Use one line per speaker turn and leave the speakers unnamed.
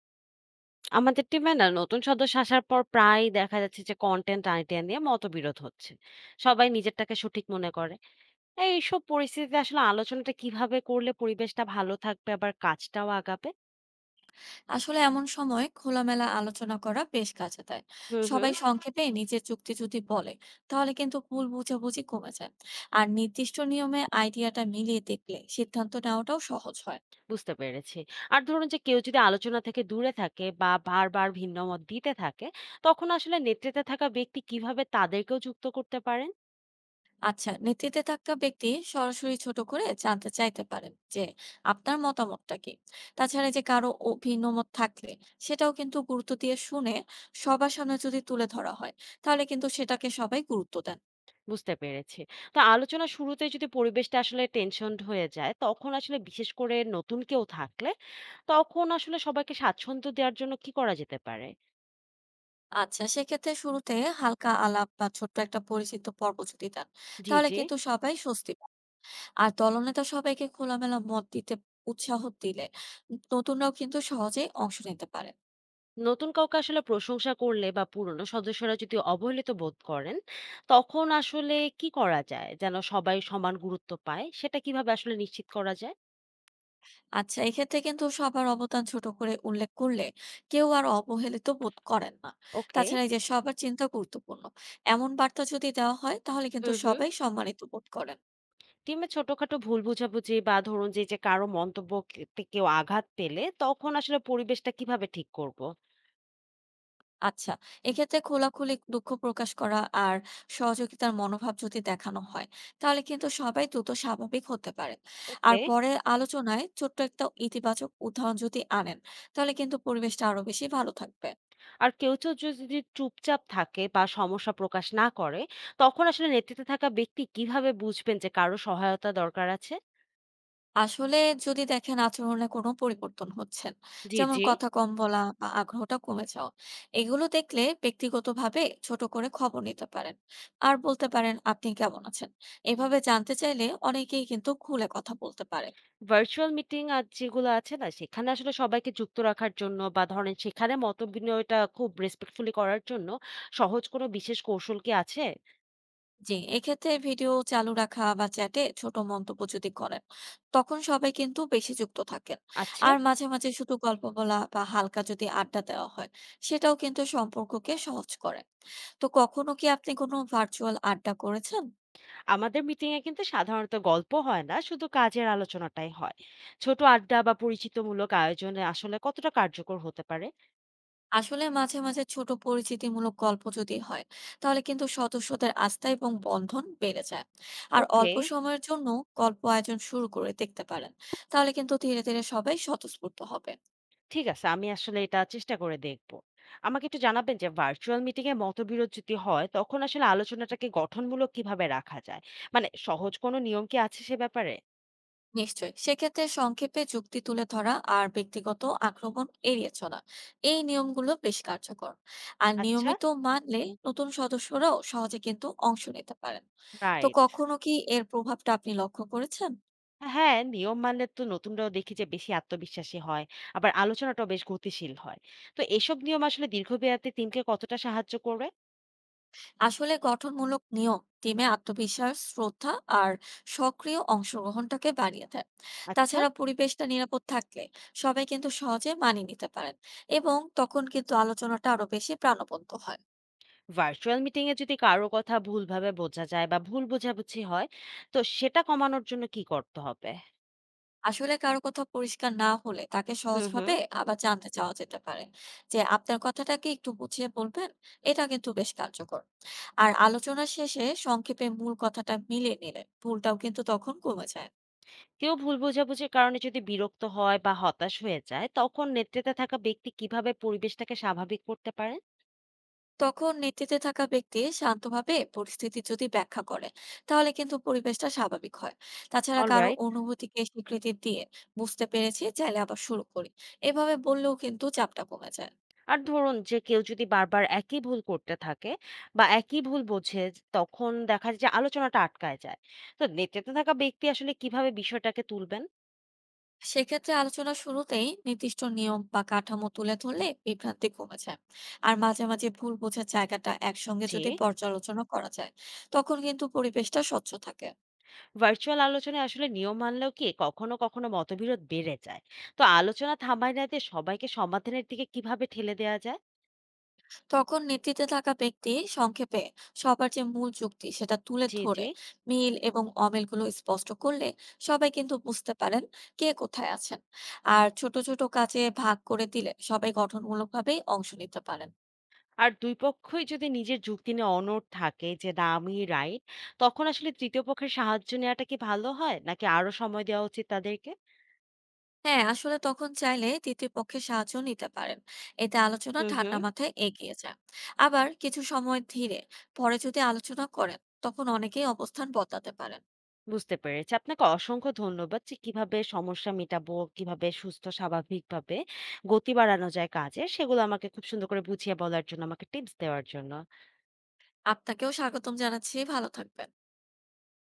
আমাদের টিমে না নতুন সদস্য আসার পর প্রায় দেখা যাচ্ছে যে কন্টেন্ট আইডিয়া নিয়ে মতবিরোধ হচ্ছে। সবাই নিজেরটাকে সঠিক মনে করে। এইসব পরিস্থিতিতে আসলে আলোচনাটা কিভাবে করলে পরিবেশটা ভালো থাকবে, আবার কাজটাও আগাবে?
আসলে এমন সময় খোলামেলা আলোচনা করা বেশ কাজে দেয়।
হুম, হুম।
সবাই সংক্ষেপে নিজের যুক্তি যদি বলে, তাহলে কিন্তু ভুল বোঝাবুঝি কমে যায়। আর নির্দিষ্ট নিয়মে আইডিয়াটা মিলিয়ে দেখলে সিদ্ধান্ত নেওয়াটাও সহজ হয়।
বুঝতে পেরেছি। আর ধরুন, যে কেউ যদি আলোচনা থেকে দূরে থাকে বা বারবার ভিন্ন মত দিতে থাকে, তখন আসলে নেতৃত্বে থাকা ব্যক্তি কিভাবে তাদেরকেও যুক্ত করতে পারেন?
আচ্ছা, নেতৃত্বে থাকা ব্যক্তি সরাসরি ছোট করে জানতে চাইতে পারেন যে আপনার মতামতটা কি। তাছাড়া যে কারো অভিমত থাকলে, সেটাও কিন্তু গুরুত্ব দিয়ে শুনে সবার সামনে যদি তুলে ধরা হয়, তাহলে কিন্তু সেটাকে সবাই গুরুত্ব দেন।
বুঝতে পেরেছি। তো আলোচনা শুরুতে যদি পরিবেশটা আসলে টেনশন হয়ে যায়, তখন আসলে বিশেষ করে নতুন কেউ থাকলে তখন আসলে সবাইকে স্বাচ্ছন্দ্য দেওয়ার জন্য কি করা যেতে পারে?
আচ্ছা, সেক্ষেত্রে শুরুতে হালকা আলাপ বা ছোট্ট একটা পরিচিত পর্ব যদি দেন,
জি,
তাহলে
জি।
কিন্তু সবাই স্বস্তি পায়। আর দলনেতা সবাইকে খোলামেলা মত দিতে উৎসাহ দিলে নতুনরাও কিন্তু সহজেই অংশ নিতে পারে।
নতুন কাউকে আসলে প্রশংসা করলে বা পুরনো সদস্যরা যদি অবহেলিত বোধ করেন, তখন আসলে কি করা যায় যেন সবাই সমান গুরুত্ব পায়? সেটা কিভাবে আসলে নিশ্চিত করা যায়?
আচ্ছা, এক্ষেত্রে কিন্তু সবার অবদান ছোট করে উল্লেখ করলে কেউ আর অবহেলিত বোধ করেন না।
ওকে।
তাছাড়া এই যে সবার চিন্তা গুরুত্বপূর্ণ, এমন বার্তা যদি দেওয়া হয় তাহলে কিন্তু
হুম, হুম।
সবাই সম্মানিত বোধ করেন।
টিমে ছোটখাটো ভুল বোঝাবুঝি বা ধরুন যে, যে কারো মন্তব্যকে তে কেউ আঘাত পেলে তখন আসলে পরিবেশটা কিভাবে ঠিক করব?
আচ্ছা, এক্ষেত্রে খোলাখুলি দুঃখ প্রকাশ করা আর সহযোগিতার মনোভাব যদি দেখানো হয়, তাহলে কিন্তু সবাই দ্রুত স্বাভাবিক হতে পারে। আর
ওকে।
পরে আলোচনায় ছোট্ট একটা ইতিবাচক উদাহরণ যদি আনেন, তাহলে কিন্তু পরিবেশটা আরো বেশি ভালো থাকবে।
আর কেউ যদি চুপচাপ থাকে বা সমস্যা প্রকাশ না করে, তখন আসলে নেতৃত্বে থাকা ব্যক্তি কিভাবে বুঝবেন যে কারো সহায়তা দরকার আছে?
আসলে যদি দেখেন আচরণে কোনো পরিবর্তন হচ্ছে,
জি,
যেমন
জি।
কথা কম বলা বা আগ্রহটা কমে যাওয়া, এগুলো দেখলে ব্যক্তিগতভাবে ছোট করে খবর নিতে পারেন। আর বলতে পারেন আপনি কেমন আছেন? এভাবে জানতে চাইলে অনেকেই কিন্তু খুলে কথা বলতে পারে।
ভার্চুয়াল মিটিং আর যেগুলো আছে না, সেখানে আসলে সবাইকে যুক্ত রাখার জন্য বা ধরেন সেখানে মতবিনিময়টা খুব রেসপেক্টফুলি করার জন্য সহজ কোনো বিশেষ কৌশল কি আছে?
জি, এক্ষেত্রে ভিডিও চালু রাখা বা চ্যাটে ছোট মন্তব্য যদি করেন, তখন সবাই কিন্তু বেশি যুক্ত থাকেন।
আচ্ছা।
আর মাঝে মাঝে শুধু গল্প বলা বা হালকা যদি আড্ডা দেওয়া হয়, সেটাও কিন্তু সম্পর্ককে সহজ করে। তো কখনো কি আপনি কোনো ভার্চুয়াল আড্ডা করেছেন?
আমাদের মিটিং এ কিন্তু সাধারণত গল্প হয় না, শুধু কাজের আলোচনাটাই হয়। ছোট আড্ডা বা পরিচিতিমূলক আয়োজনে আসলে কতটা কার্যকর হতে পারে?
আসলে মাঝে মাঝে ছোট পরিচিতিমূলক গল্প যদি হয়, তাহলে কিন্তু সদস্যদের আস্থা এবং বন্ধন বেড়ে যায়। আর
ওকে।
অল্প সময়ের জন্য গল্প আয়োজন শুরু করে দেখতে পারেন, তাহলে কিন্তু ধীরে ধীরে সবাই স্বতঃস্ফূর্ত হবে।
ঠিক আছে। আমি আসলে এটা চেষ্টা করে দেখব। আমাকে একটু জানাবেন যে ভার্চুয়াল মিটিং এ মতবিরোধ যদি হয়, তখন আসলে আলোচনাটাকে গঠনমূলক কিভাবে রাখা যায়? মানে সহজ কোনো নিয়ম কি আছে সে ব্যাপারে?
নিশ্চয়ই, সেক্ষেত্রে সংক্ষেপে যুক্তি তুলে ধরা আর ব্যক্তিগত আক্রমণ এড়িয়ে চলা, এই নিয়মগুলো বেশ কার্যকর। আর
আচ্ছা।
নিয়মিত মানলে নতুন সদস্যরাও সহজে কিন্তু অংশ নিতে পারেন। তো
রাইট।
কখনো কি এর প্রভাবটা আপনি লক্ষ্য করেছেন?
হ্যাঁ, নিয়ম মানলে তো নতুনরাও দেখি যে বেশি আত্মবিশ্বাসী হয়। আবার আলোচনাটাও বেশ গতিশীল হয়। তো এসব নিয়ম আসলে দীর্ঘমেয়াদে টিমকে কতটা সাহায্য করবে?
আসলে গঠনমূলক নিয়ম টিমে আত্মবিশ্বাস, শ্রদ্ধা আর সক্রিয় অংশগ্রহণটাকে বাড়িয়ে দেয়।
আচ্ছা।
তাছাড়া পরিবেশটা নিরাপদ থাকলে সবাই কিন্তু সহজে মানিয়ে নিতে পারেন, এবং তখন কিন্তু আলোচনাটা আরো বেশি প্রাণবন্ত হয়।
ভার্চুয়াল মিটিং এ যদি কারো কথা ভুলভাবে বোঝা যায় বা ভুল বোঝাবুঝি হয়, তো সেটা কমানোর জন্য কি করতে হবে?
আসলে কারো কথা পরিষ্কার না হলে তাকে
হুম, হুম।
সহজভাবে আবার জানতে চাওয়া যেতে পারে যে আপনার কথাটাকে একটু বুঝিয়ে বলবেন। এটা কিন্তু বেশ কার্যকর। আর আলোচনা শেষে সংক্ষেপে মূল কথাটা মিলিয়ে নিলে ভুলটাও কিন্তু তখন কমে যায়।
কেউ ভুল বোঝাবুঝির কারণে যদি বিরক্ত হয় বা হতাশ হয়ে যায়, তখন নেতৃত্বে থাকা ব্যক্তি কিভাবে পরিবেশটাকে স্বাভাবিক করতে পারে?
তখন নেতৃত্বে থাকা ব্যক্তি শান্তভাবে পরিস্থিতি যদি ব্যাখ্যা করে, তাহলে কিন্তু পরিবেশটা স্বাভাবিক হয়। তাছাড়া কারো
অলরাইট।
অনুভূতিকে স্বীকৃতি দিয়ে বুঝতে পেরেছি, চাইলে আবার শুরু করি, এভাবে বললেও কিন্তু চাপটা কমে যায়।
আর ধরুন, যে কেউ যদি বারবার একই ভুল করতে থাকে বা একই ভুল বোঝে, তখন দেখা যায় যে আলোচনাটা আটকায় যায়। তো নেতৃত্বে থাকা ব্যক্তি আসলে কিভাবে বিষয়টাকে তুলবেন
সেক্ষেত্রে আলোচনা শুরুতেই নির্দিষ্ট নিয়ম বা কাঠামো তুলে ধরলে বিভ্রান্তি কমে যায়। আর মাঝে মাঝে ভুল বোঝার জায়গাটা একসঙ্গে
যে
যদি পর্যালোচনা করা যায়, তখন কিন্তু পরিবেশটা স্বচ্ছ থাকে।
ভার্চুয়াল আলোচনায় আসলে নিয়ম মানলেও কি কখনো কখনো মতবিরোধ বেড়ে যায়? তো আলোচনা থামায় না দিয়ে সবাইকে সমাধানের দিকে কিভাবে ঠেলে দেওয়া যায়?
তখন নেতৃত্বে থাকা ব্যক্তি সংক্ষেপে সবার যে মূল যুক্তি সেটা তুলে
জি, জি।
ধরে মিল এবং অমিলগুলো স্পষ্ট করলে সবাই কিন্তু বুঝতে পারেন কে কোথায় আছেন। আর ছোট ছোট কাজে ভাগ করে দিলে সবাই গঠনমূলকভাবেই অংশ নিতে পারেন।
আর দুই পক্ষই যদি নিজের যুক্তি নিয়ে অনড় থাকে যে না আমি রাইট, তখন আসলে তৃতীয় পক্ষের সাহায্য নেওয়াটা কি ভালো হয়, নাকি আরো সময় দেওয়া উচিত তাদেরকে?
হ্যাঁ, আসলে তখন চাইলে তৃতীয় পক্ষের সাহায্য নিতে পারেন। এতে আলোচনা
হুম, হুম।
ঠান্ডা মাথায় এগিয়ে যায়। আবার কিছু সময় ধীরে পরে যদি আলোচনা করেন, তখন অনেকেই অবস্থান বদলাতে পারেন।
বুঝতে পেরেছি। আপনাকে অসংখ্য ধন্যবাদ, যে কিভাবে সমস্যা মেটাবো, কিভাবে সুস্থ স্বাভাবিকভাবে গতি বাড়ানো যায় কাজে, সেগুলো আমাকে খুব সুন্দর করে বুঝিয়ে বলার জন্য, আমাকে টিপস দেওয়ার জন্য।
আপনাকেও স্বাগতম জানাচ্ছি। ভালো থাকবেন।